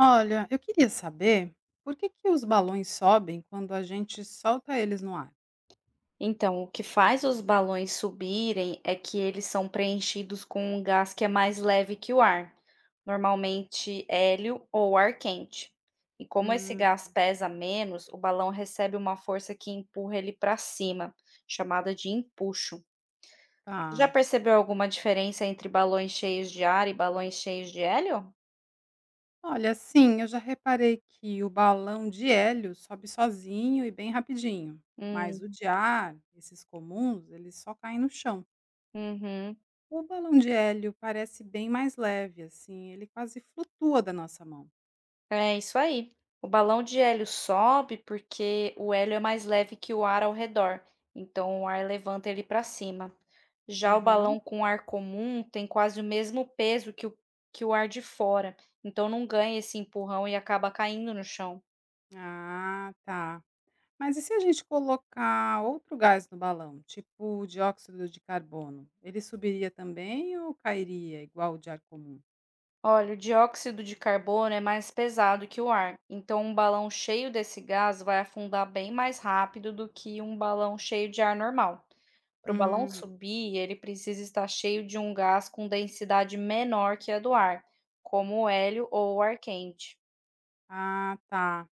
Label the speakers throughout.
Speaker 1: Olha, eu queria saber por que que os balões sobem quando a gente solta eles no ar?
Speaker 2: Então, o que faz os balões subirem é que eles são preenchidos com um gás que é mais leve que o ar, normalmente hélio ou ar quente. E como esse
Speaker 1: Hum,
Speaker 2: gás pesa menos, o balão recebe uma força que empurra ele para cima, chamada de empuxo. Você já
Speaker 1: tá.
Speaker 2: percebeu alguma diferença entre balões cheios de ar e balões cheios de hélio?
Speaker 1: Olha, sim, eu já reparei que o balão de hélio sobe sozinho e bem rapidinho, mas
Speaker 2: Hum,
Speaker 1: o de ar, esses comuns, eles só caem no chão.
Speaker 2: uhum.
Speaker 1: O balão de hélio parece bem mais leve, assim, ele quase flutua da nossa mão.
Speaker 2: É isso aí. O balão de hélio sobe porque o hélio é mais leve que o ar ao redor, então o ar levanta ele para cima. Já o
Speaker 1: Uhum.
Speaker 2: balão com ar comum tem quase o mesmo peso que o ar de fora, então não ganha esse empurrão e acaba caindo no chão.
Speaker 1: Ah, tá. Mas e se a gente colocar outro gás no balão, tipo o dióxido de carbono? Ele subiria também ou cairia igual o de ar comum?
Speaker 2: Olha, o dióxido de carbono é mais pesado que o ar, então um balão cheio desse gás vai afundar bem mais rápido do que um balão cheio de ar normal. Para o balão
Speaker 1: Hum.
Speaker 2: subir, ele precisa estar cheio de um gás com densidade menor que a do ar, como o hélio ou o ar quente.
Speaker 1: Ah, tá.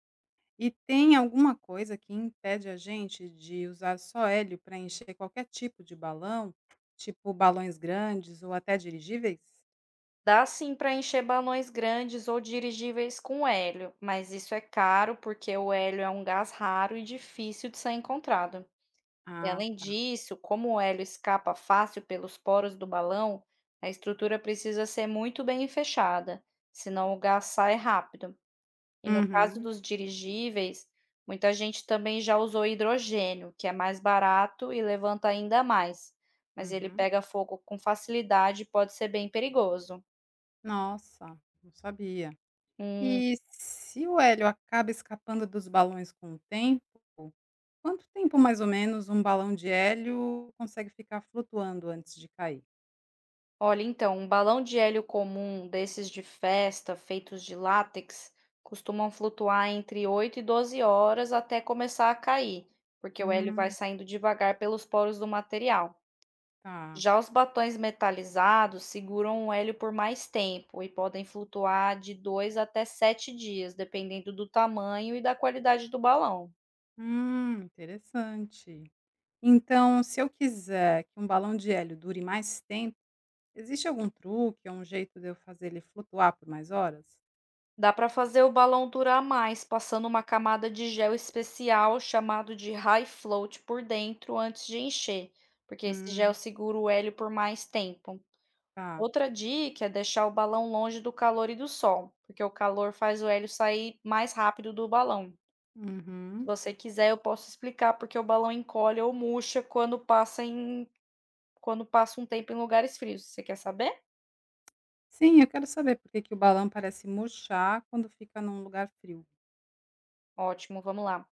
Speaker 1: E tem alguma coisa que impede a gente de usar só hélio para encher qualquer tipo de balão, tipo balões grandes ou até dirigíveis?
Speaker 2: Dá sim para encher balões grandes ou dirigíveis com hélio, mas isso é caro porque o hélio é um gás raro e difícil de ser encontrado. E
Speaker 1: Ah,
Speaker 2: além
Speaker 1: tá.
Speaker 2: disso, como o hélio escapa fácil pelos poros do balão, a estrutura precisa ser muito bem fechada, senão o gás sai rápido. E no caso
Speaker 1: Uhum,
Speaker 2: dos dirigíveis, muita gente também já usou hidrogênio, que é mais barato e levanta ainda mais, mas ele
Speaker 1: uhum.
Speaker 2: pega fogo com facilidade e pode ser bem perigoso.
Speaker 1: Nossa, não sabia.
Speaker 2: Hum,
Speaker 1: E se o hélio acaba escapando dos balões com o tempo? Quanto tempo, mais ou menos, um balão de hélio consegue ficar flutuando antes de cair?
Speaker 2: olha, então, um balão de hélio comum desses de festa, feitos de látex, costumam flutuar entre 8 e 12 horas até começar a cair, porque o hélio vai
Speaker 1: Hum.
Speaker 2: saindo devagar pelos poros do material.
Speaker 1: Tá.
Speaker 2: Já os batons metalizados seguram o hélio por mais tempo e podem flutuar de 2 até 7 dias, dependendo do tamanho e da qualidade do balão.
Speaker 1: Interessante. Então, se eu quiser que um balão de hélio dure mais tempo, existe algum truque ou um jeito de eu fazer ele flutuar por mais horas?
Speaker 2: Dá para fazer o balão durar mais, passando uma camada de gel especial chamado de high float por dentro antes de encher, porque esse gel
Speaker 1: Hum.
Speaker 2: segura o hélio por mais tempo.
Speaker 1: Tá.
Speaker 2: Outra dica é deixar o balão longe do calor e do sol, porque o calor faz o hélio sair mais rápido do balão. Se
Speaker 1: Uhum.
Speaker 2: você quiser, eu posso explicar porque o balão encolhe ou murcha quando passa em quando passa um tempo em lugares frios. Você quer saber?
Speaker 1: Sim, eu quero saber por que que o balão parece murchar quando fica num lugar frio.
Speaker 2: Ótimo, vamos lá.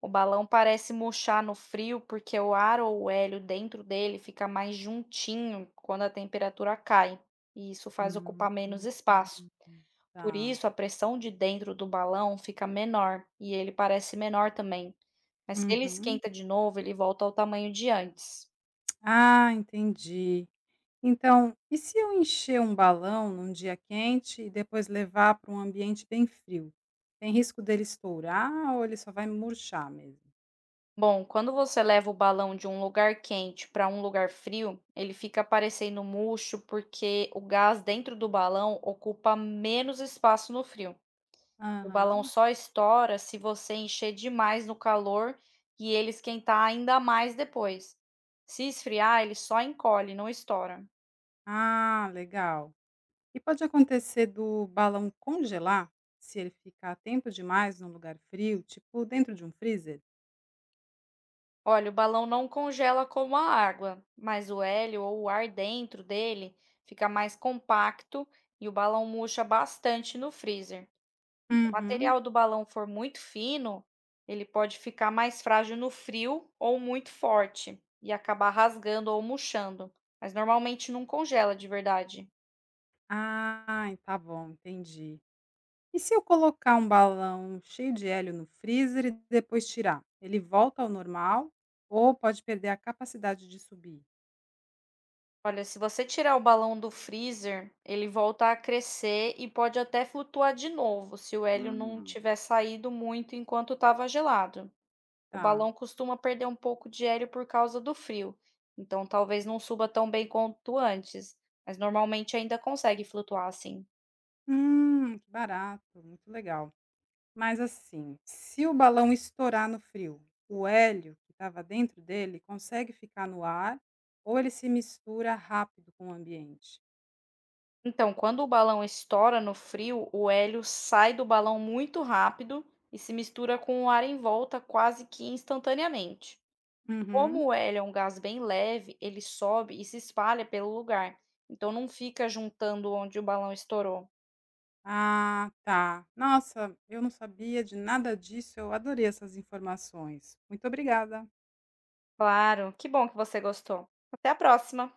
Speaker 2: O balão parece murchar no frio porque o ar ou o hélio dentro dele fica mais juntinho quando a temperatura cai, e isso faz
Speaker 1: Hum,
Speaker 2: ocupar menos espaço.
Speaker 1: hum.
Speaker 2: Por
Speaker 1: Tá.
Speaker 2: isso, a pressão de dentro do balão fica menor e ele parece menor também. Mas se ele
Speaker 1: Uhum.
Speaker 2: esquenta de novo, ele volta ao tamanho de antes.
Speaker 1: Ah, entendi. Então, e se eu encher um balão num dia quente e depois levar para um ambiente bem frio? Tem risco dele estourar ou ele só vai murchar mesmo?
Speaker 2: Bom, quando você leva o balão de um lugar quente para um lugar frio, ele fica parecendo murcho porque o gás dentro do balão ocupa menos espaço no frio. O balão
Speaker 1: Aham.
Speaker 2: só estoura se você encher demais no calor e ele esquentar ainda mais depois. Se esfriar, ele só encolhe, não estoura.
Speaker 1: Ah, legal. E pode acontecer do balão congelar se ele ficar tempo demais num lugar frio, tipo dentro de um freezer?
Speaker 2: Olha, o balão não congela como a água, mas o hélio ou o ar dentro dele fica mais compacto e o balão murcha bastante no freezer. O
Speaker 1: Uhum.
Speaker 2: material do balão for muito fino, ele pode ficar mais frágil no frio ou muito forte e acabar rasgando ou murchando, mas normalmente não congela de verdade.
Speaker 1: Ah, tá bom, entendi. E se eu colocar um balão cheio de hélio no freezer e depois tirar? Ele volta ao normal ou pode perder a capacidade de subir?
Speaker 2: Olha, se você tirar o balão do freezer, ele volta a crescer e pode até flutuar de novo se o hélio não tiver saído muito enquanto estava gelado. O
Speaker 1: Tá.
Speaker 2: balão costuma perder um pouco de hélio por causa do frio, então talvez não suba tão bem quanto antes, mas normalmente ainda consegue flutuar assim.
Speaker 1: Que barato, muito legal. Mas assim, se o balão estourar no frio, o hélio que estava dentro dele consegue ficar no ar ou ele se mistura rápido com o ambiente?
Speaker 2: Então, quando o balão estoura no frio, o hélio sai do balão muito rápido e se mistura com o ar em volta quase que instantaneamente. Como
Speaker 1: Uhum.
Speaker 2: o hélio é um gás bem leve, ele sobe e se espalha pelo lugar, então não fica juntando onde o balão estourou.
Speaker 1: Ah, tá. Nossa, eu não sabia de nada disso. Eu adorei essas informações. Muito obrigada.
Speaker 2: Claro, que bom que você gostou. Até a próxima!